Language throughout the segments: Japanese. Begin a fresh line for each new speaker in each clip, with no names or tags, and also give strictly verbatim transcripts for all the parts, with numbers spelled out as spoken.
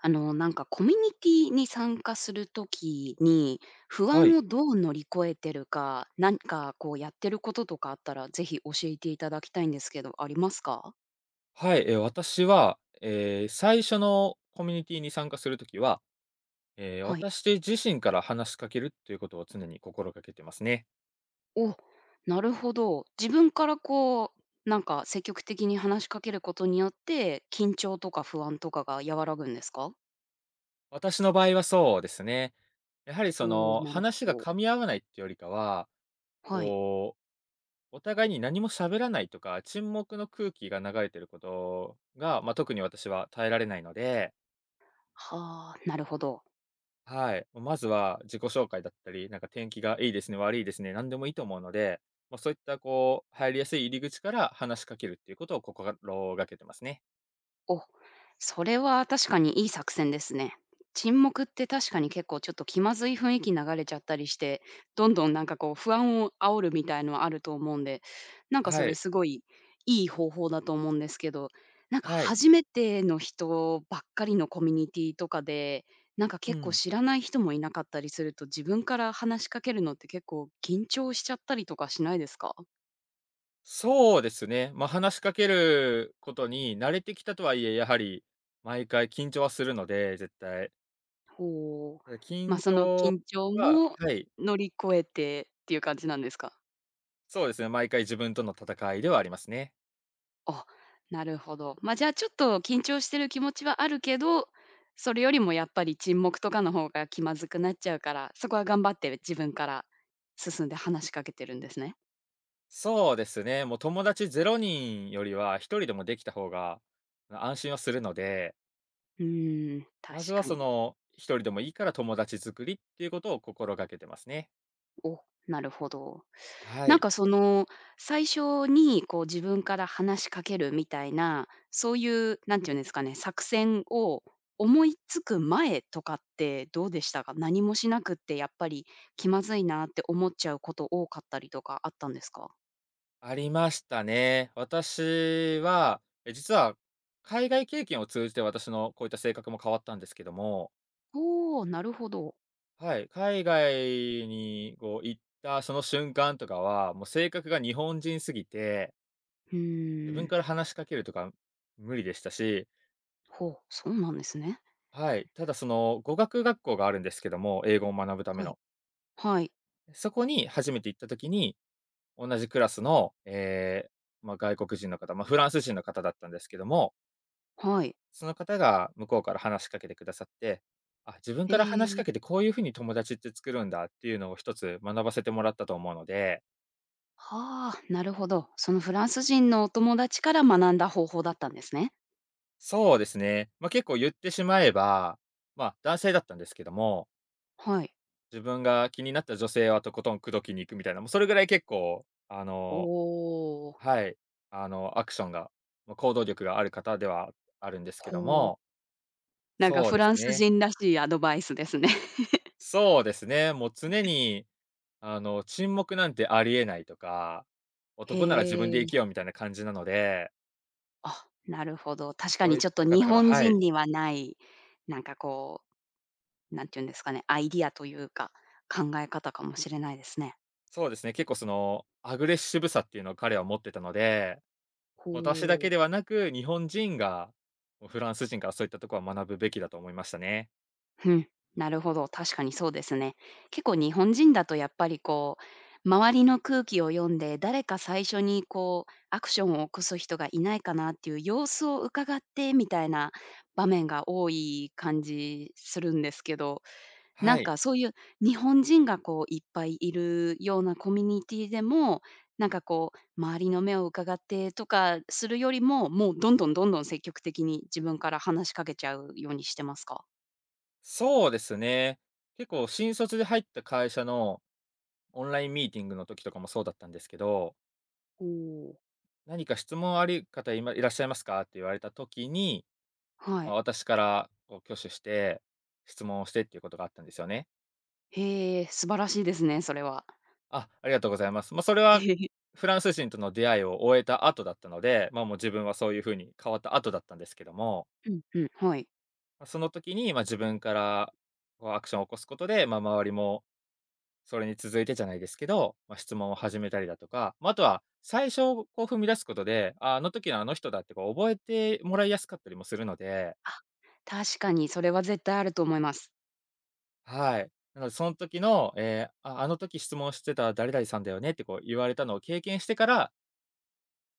あの、なんかコミュニティに参加するときに、不
はい。
安をどう乗り越えてるか、何かこうやってることとかあったら、ぜひ教えていただきたいんですけど、ありますか？
はい、え、私は、えー最初のコミュニティに参加するときは、えー
はい。
私自身から話しかけるということを常に心がけてますね。
お、なるほど。自分からこう、なんか積極的に話しかけることによって、緊張とか不安とかが和らぐんですか？
私の場合はそうですね。やはりそ
おお
の、
ー、なる
話
ほ
が
ど。
噛み合わないっていうよりかは、
はい。
こう、お互いに何も喋らないとか、沈黙の空気が流れてることが、まあ、特に私は耐えられないので。
はあ、なるほど。
はい。まずは自己紹介だったり、なんか天気がいいですね、悪いですね、何でもいいと思うので、まあ、そういったこう、入りやすい入り口から話しかけるっていうことを心がけてますね。
お、それは確かにいい作戦ですね。沈黙って確かに結構ちょっと気まずい雰囲気流れちゃったりして、どんどんなんかこう不安を煽るみたいのはあると思うんで、なんかそ
は
れ
い。
すごいいい方法だと思うんですけど、なんか
はい。
初めての人ばっかりのコミュニティとかで、なんか
う
結構
ん。
知らない人もいなかったりすると、自分から話しかけるのって結構緊張しちゃったりとかしないですか？
そうですね。まあ、話しかけることに慣れてきたとはいえ、やはり毎回緊張はするので、絶対。
こう、
ただ
ま、
緊
その
張
緊張
は。
も
はい、
乗り越えてっていう感じなんですか？
そうですね、毎回自分との戦いではありますね。
あ、なるほど。ま、じゃあ、ちょっと緊張してる気持ちはあるけど、それよりもやっぱり沈黙とかの方が気まずくなっちゃうから、そこは頑張って自分から進んで話しかけてるんですね。
そうですね。もう友達ゼロ人よりは一人でもできた方が、ま安心はするので、
うーん、
まず
確
は
か
そ
に。
の、一人でもいいから友達作りっていうことを心がけてますね。
お、なるほど。
は
なん
い。
かその、最初にこう自分から話しかけるみたいな、そういうなんていうんですかね、作戦を思いつく前とかってどうでしたか？何もしなくってやっぱり気まずいなって思っちゃうこと多かったりとかあったんですか？
ありましたね。私は、え、実は海外経験を通じて私のこういった性格も変わったんですけども、
おおー、なるほど。
はい、海外にこう行ったその瞬間とかは、もう性格が日本人すぎて、
う
自
ー
分
ん。
から話しかけるとか無理でしたし。
ほう、そうなんですね。
はい。ただその、語学学校があるんですけども、英語を学ぶため
はい。
の。
はい。
そこに初めて行った時に、同じクラスの、ええ、まあ、外国人の方、まあ、フランス人の方だったんですけども、
はい。
その方が向こうから話しかけてくださって、あ、自分
へ
から話しか
ー。
けてこういう風に友達って作るんだっていうのを一つ学ばせてもらったと思うので、
はあ、なるほど。そのフランス人のお友達から学んだ方法だったんですね。
そうですね、まあ、結構言ってしまえば、まあ、男性だったんですけども、
はい。
自分が気になった女性はとことん口説きに行くみたいな、もうそれぐらい結構、あ
お
の
お。
はい。あの、アクションが、ま、行動力がある方ではあるんですけど
ほう。
も、
なんか
そう
フ
です
ランス
ね。
人らしいアドバイスですね。
そうですね、もう常に、あの、沈黙なんてありえないとか、
へ
男なら自分で生
え。
きようみたいな感じなので、
あ、なるほど。確か
そう
に
いっ
ちょっと
た
日
方から。
本
は
人
い、
にはない、なんかこう、なんて言うんですかね、アイディアというか、考え方かもしれないですね。
そうですね、結構その、アグレッシブさっていうのを彼は持ってたので、私だ
ほ
け
う。
ではなく、日本人が、もうフランス人からそういったところは学ぶべきだと思いましたね。
うん、なるほど、確かにそうですね。結構日本人だとやっぱりこう、周りの空気を読んで、誰か最初にこう、アクションを起こす人がいないかなっていう様子を伺ってみたいな場面が多い感じするんですけど、な
は
ん
い。
かそういう日本人がこういっぱいいるようなコミュニティでも、なんかこう、周りの目を伺ってとかするよりも、もうどんどんどんどん積極的に自分から話しかけちゃうようにしてますか？
そうですね。結構新卒で入った会社のオンラインミーティングの時とかもそうだったんですけど、
おお。
「何か質問ある方いまいらっしゃいますか？」って言われた時に、
は
ま、
い。
私からこう挙手して、質問をしてっていうことがあったんですよね。
へえ、素晴らしいですね、それは。
「あ、ありがとうございます」。まあ、それ
え
は
へへ。
フランス人との出会いを終えた後だったので、まあ、もう自分はそういう風に変わった後だったんですけども、
うんうん、はい。
ま、その時に、ま、自分からこうアクションを起こすことで、まあ、周りもそれに続いてじゃないですけど、まあ、質問を始めたりだとか、まあ、あとは最初をこう踏み出すことで、あ、あの時のあの人だってこう覚えてもらいやすかったりもするので、
あ、確かにそれは絶対あると思います。
はい。なのでその時の、えーあ、あの時質問してた誰々さんだよねってこう言われたのを経験してから、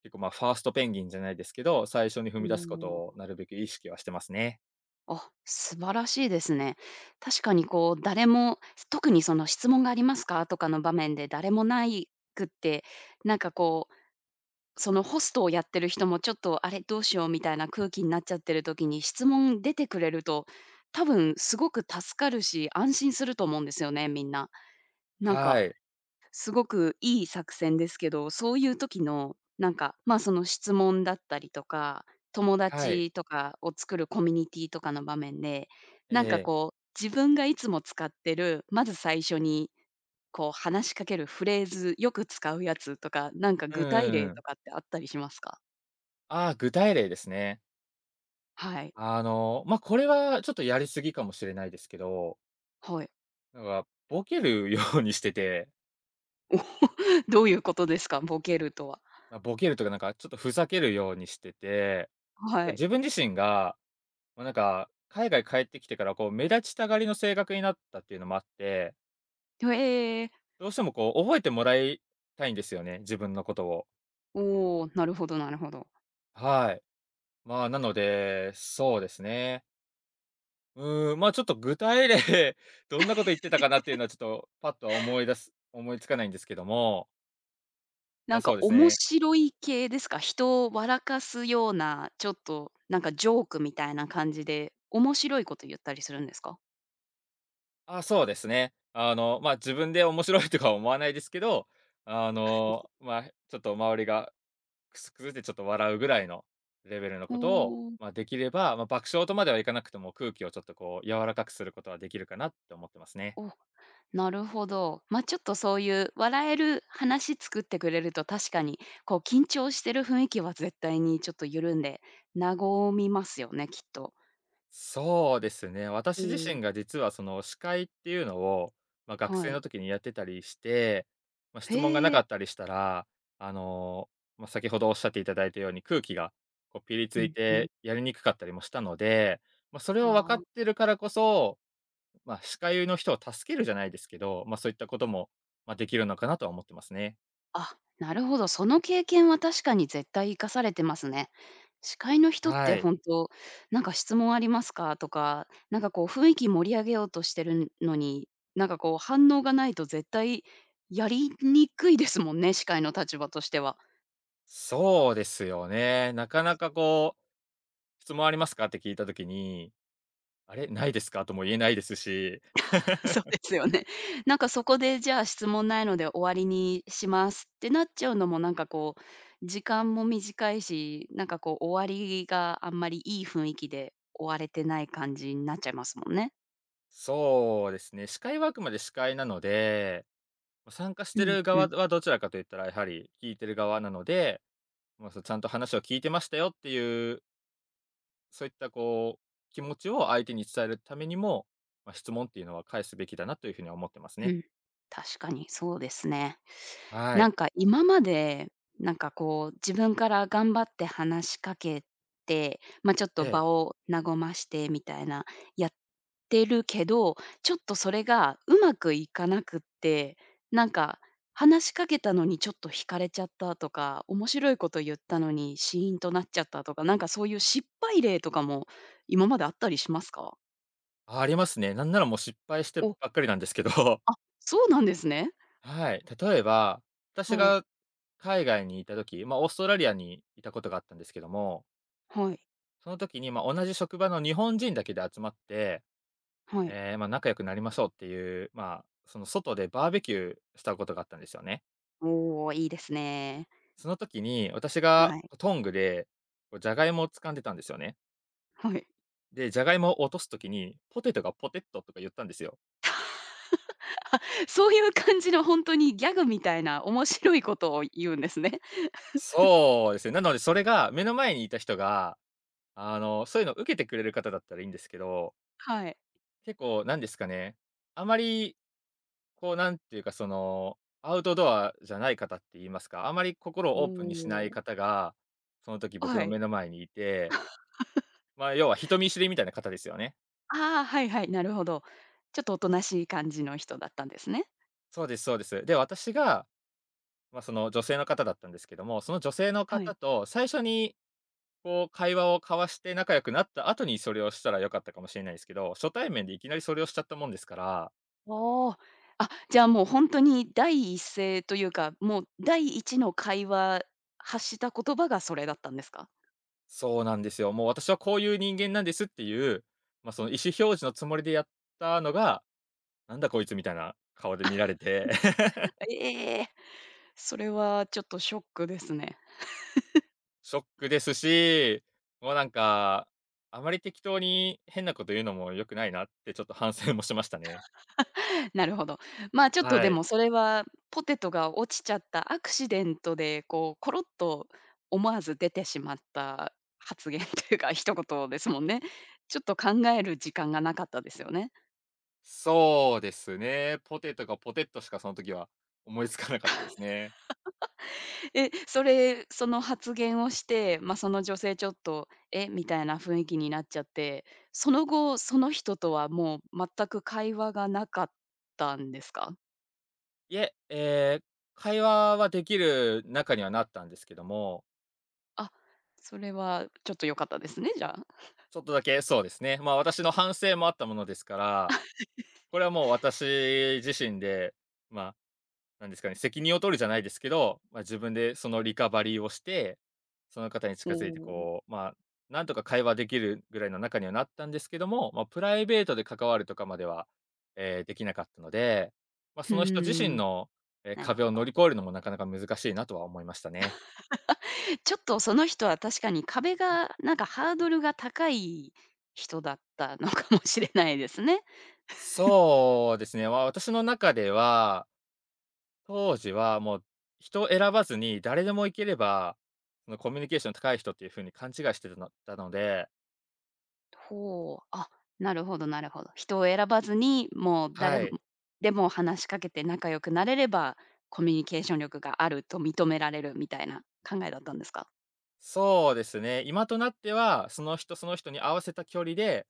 結構まあ、ファーストペンギンじゃないですけど、最初に踏
うー
み出すことを
ん。
なるべく意識はしてますね。
あ、素晴らしいですね。確かにこう、誰も、特にその質問がありますかとかの場面で誰もないくって、なんかこう、そのホストをやってる人もちょっと、あれ、どうしようみたいな空気になっちゃってる時に質問出てくれると、多分すごく助かるし、安心すると思うんですよね、みんな。なん
は
か
い。
すごくいい作戦ですけど、そういう時の、なんか、ま、その質問だったりとか、友
はい。
達とかを作るコミュニティとかの場面で、
え
なんか
え。
こう、自分がいつも使ってる、まず最初にこう話しかけるフレーズ、よく使うやつとか、なんか
う
具体例と
ん。
かってあったりしますか？
ああ、具体例ですね。
はい。
あの、まあ、これはちょっとやりすぎかもしれないですけど、
はい。
なんか、ボケるようにしてて、
どういうことですか？ボケるとは。
ま、ボケるとかなんかちょっとふざけるようにしてて、なん
は
か
い。
自分自身が、まあ、なんか、海外帰ってきてからこう目立ちたがりの性格になったっていうのもあって、
へえー。
どうしてもこう覚えてもらいたいんですよね、自分のことを。
おお、なるほどなるほど。
はい。まあ、なので、そうですね。うーん、ま、あちょっと具体例、どんなこと言ってたかなっていうのはちょっとパッとは思い出す思いつかないんですけども、ま、
な
あ
ん
そ
か
うです
面
ね。
白い系ですか？人を笑かすような、ちょっとなんかジョークみたいな感じで、面白いこと言ったりするんですか？
あ、そうですね。あの、まあ、自分で面白いとかは思わないですけど、あの、まあ、ちょっと周りがクスクすってちょっと笑うぐらいのレベルの
お
ことを、
お、
まあ、できれば、まあ、爆笑とまではいかなくても、空気をちょっとこう柔らかくすることはできるかなって思ってますね。
お、なるほど。ま、ちょっとそういう笑える話作ってくれると、確かにこう緊張してる雰囲気は絶対にちょっと緩んで、和みますよね、きっと。
そうですね。
お
私自
ー。
身が実はその司会っていうのを、まあ、学
は
生の
い。
時にやってたりして、まあ、質問がな
へ
か
え、
ったりしたら、あの、まあ、先ほどおっしゃっていただいたように空気がこうピリつ
う
い
んうん。
てやりにくかったりもしたので、まあ、それを分か
あ
っ
あ。
てるからこそ、まあ、司会の人を助けるじゃないですけど、まあ、そういったことも、ま、できるのかなとは思ってますね。
あ、なるほど、その経験は確かに絶対生かされてますね。司会の人っ
は
て
い。
本当、なんか質問ありますかとか、なんかこう雰囲気盛り上げようとしてるのに、なんかこう反応がないと絶対やりにくいですもんね、司会の立場としては。
そうですよね。なかなかこう、質問ありますかって聞いた時にあれ、ないですかとも言えないですし。
そう ですよね。なんかそこでじゃあ質問ないので終わりにしますってなっちゃうのもなんかこう、時間も短いし、なんかこう終わりがあんまりいい雰囲気で終われてない感じになっちゃいますもんね。
そうですね、司会はあくまで司会なので、ま、参加し
う
て
ん、
る
う
側
ん、
はどちらかと言ったらやはり聞いてる側なので、まあ、そ、ちゃんと話を聞いてましたよっていう、そういったこう、気持ちを相手に伝えるためにも、まあ、質問っていうのは返すべきだなという風には思ってます
う
ね。
ん。確かにそうですね。
は
な
い。
んか今まで、なんかこう自分から頑張って話しかけて、ま、ちょっ
え
と場
え。
を和ましてみたいな、やってるけど、ちょっとそれがうまくいかなくって、なんか話しかけたのにちょっと惹かれちゃったとか、面白いこと言ったのにシーンとなっちゃったとか、なんかそういう失敗例とかも今まであったりしますか？
あ、ありますね。なんならもう失敗して
お、
ばっかりなんですけど。
あ、そうなんですね。
はい。例えば、私
はい。
が海外にいた時、まあ、オーストラリアにいたことがあったんですけども。
はい、
その時に、まあ、同じ職場の日本人だけで集まって、
はい。
ええ、まあ、仲良くなりましょうっていう、まあ、その外でバーベキューしたことがあったんですよね。
おお、いいですね。
その時に私が
はい、
トングで、こうジャガイモを掴んでたんですよね。
はい。
で、ジャガイモを落とす時に、ポテトがポテットとか言ったんですよ。
そういう感じのほんとにギャグみたいな面白いことを言うんですね。
そうですね。なのでそれが目の前にいた人が、あの、そういうのを受けてくれる方だったらいいんですけど、
はい。
結構なんですかね、あまりこう、なんていうか、その、アウトドアじゃない方って言いますか、あまり心
お
をオープンにしない
お、
方が、その時僕
は
の
い。
目の前にいて、まあ、要は人見知りみたいな方ですよね。
ああ、はいはい、なるほど。ちょっとおとなしい感じの人だったんですね。
そうですそうです。で、私が、まあ、その女性の方だったんですけども、その女性の
はい。
方と最初に、こう、会話を交わして仲良くなった後にそれをしたら良かったかもしれないですけど、初対面でいきなりそれをしちゃったもんですから、
ああ。あ、じゃあもうほんとに第一声というか、もう第一の会話、発した言葉がそれだったんですか？
そうなんですよ。もう私はこういう人間なんですっていう、まあ、その意思表示のつもりでやったのが、なんだこいつみたいな顔で見られて、
ええ、それはちょっとショックですね。
ショックですし、もうなんか、あまり適当に変なこと言うのも良くないなってちょっと反省もしましたね。
なるほど。ま、あ ちょっと
は
で
い。
もそれは、ポテトが落ちちゃったアクシデントで、こう、コロッと思わず出てしまった発言 というか、一言ですもんね。ちょっと考える時間がなかったですよね。
そうですね。ポテトがポテットしかその時は思いつかなかったですね。
え、それ、その発言をして、まあ、その女性ちょっと、え、みたいな雰囲気になっちゃって、その後、その人とはもう全く会話がなかったんですか？
いえ、ええ、会話はできる中にはなったんですけども、
あ、それはちょっと良かったですね、じゃあ。
ちょっとだけそうですね、まあ、私の反省もあったものですから、これはもう私自身で、まあなんですかね、責任を取るじゃないですけど、まあ、自分でそのリカバリーをして、その方に
お
近づいて
お。
こう、まあ、なんとか会話できるぐらいの中にはなったんですけども、まあ、プライベートで関わるとかまでは、えーできなかったので、まあ、
う
その人自身
ーん、
の、え、
なる
壁
ほ
を
ど。
乗り越えるのもなかなか難しいなとは思いましたね。
ちょっとその人は確かに壁が、なんかハードルが高い人だったのかもしれないですね。
そうですね、まあ私の中では、当時はもう人を選ばずに誰でもいければ、そのコミュニケーション高い人っていうふうに勘違いしてたのたので
ほう、あ、なるほどなるほど。人を選ばずに、もう誰
は
も
い。
でも話しかけて仲良くなれれば、コミュニケーション力があると認められるみたいな考えだったんですか？
そうですね。今となっては、その人その人に合わせた距離で、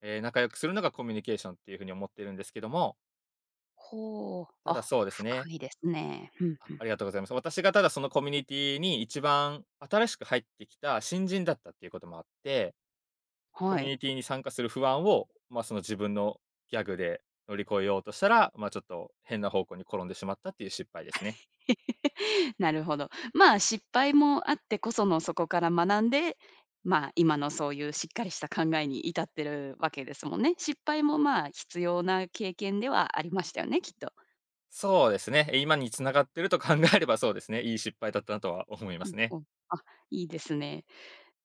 えー仲良くするのがコミュニケーションっていうふうに思ってるんですけども、
ほう、
ただ
あ、
そうです
深
ね。
いですね。ふん
あ、
ふん。
ありがとうございます。私がただそのコミュニティに一番新しく入ってきた新人だったっていうこともあって、コ
は
ミュ
い。
ニティに参加する不安を、まあ、その自分のギャグで乗り越えようとしたら、まあ、ちょっと変な方向に転んでしまったっていう失敗ですね。
なるほど。まあ、失敗もあってこその、そこから学んで、まあ、今のそういうしっかりした考えに至ってるわけですもんね。失敗もまあ、必要な経験ではありましたよね、きっと。
そうですね。今に繋がってると考えればそうですね、いい失敗だったなとは思いま
う
す
ん
ね。
うん。あ、いいですね。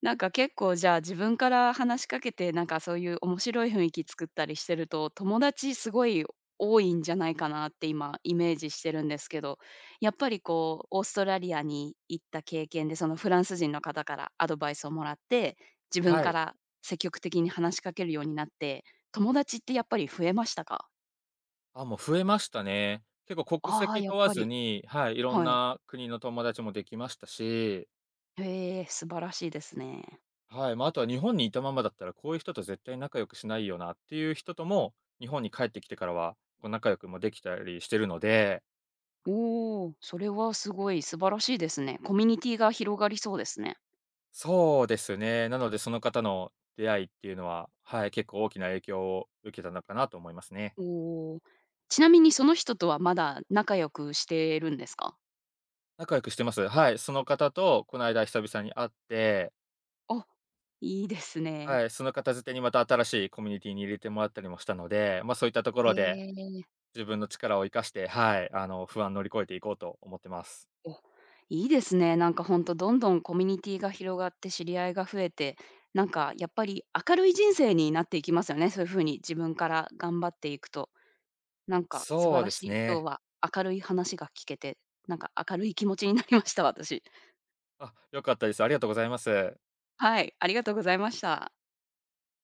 なんか結構じゃあ自分から話しかけて、なんかそういう面白い雰囲気作ったりしてると、友達すごい多いんじゃないかなって今イメージしてるんですけど、やっぱりこうオーストラリアに行った経験で、そのフランス人の方からアドバイスをもらって、自分
は
か
い。
ら積極的に話しかけるようになって、友達ってやっぱり増えましたか？
あ、もう増えましたね。結構国
ああー、
籍
やっ
問わ
ぱ
ず
り
に、はい、いろん
はい。
な国の友達もできましたし、
へえ、素晴らしいですね。
はい、まあ、あとは日本にいたままだったら、こういう人と絶対仲良くしないよなっていう人とも、日本に帰ってきてからは、こう仲良くもできたりしてるので、
おお、それはすごい素晴らしいですね。コミュニティが広がりそうですね。
そうですね、なのでその方の出会いっていうのは、はい、結構大きな影響を受けたのかなと思いますね。
おお。ちなみにその人とはまだ仲良くしてるんですか？
仲良くしてます。はい、その方とこの間久々に会って、
あ、いいですね。
はい、その方づてにまた新しいコミュニティに入れてもらったりもしたので、ま、そういったとこ
へ
ろで
え。
自分の力を生かして、はい、あの、不安乗り越えていこうと思ってます。
お、いいですね。なんかほんとどんどんコミュニティが広がって知り合いが増えて、なんかやっぱり明るい人生になっていきますよね、そういう風に自分から頑張っていくと。なんか素
そ
晴
うで
らし
す
い、今日
ね。
は明るい話が聞けて、なんか明るい気持ちになりました、私。
あ、良かったです。ありがとうございます。
はい、ありがとうございました。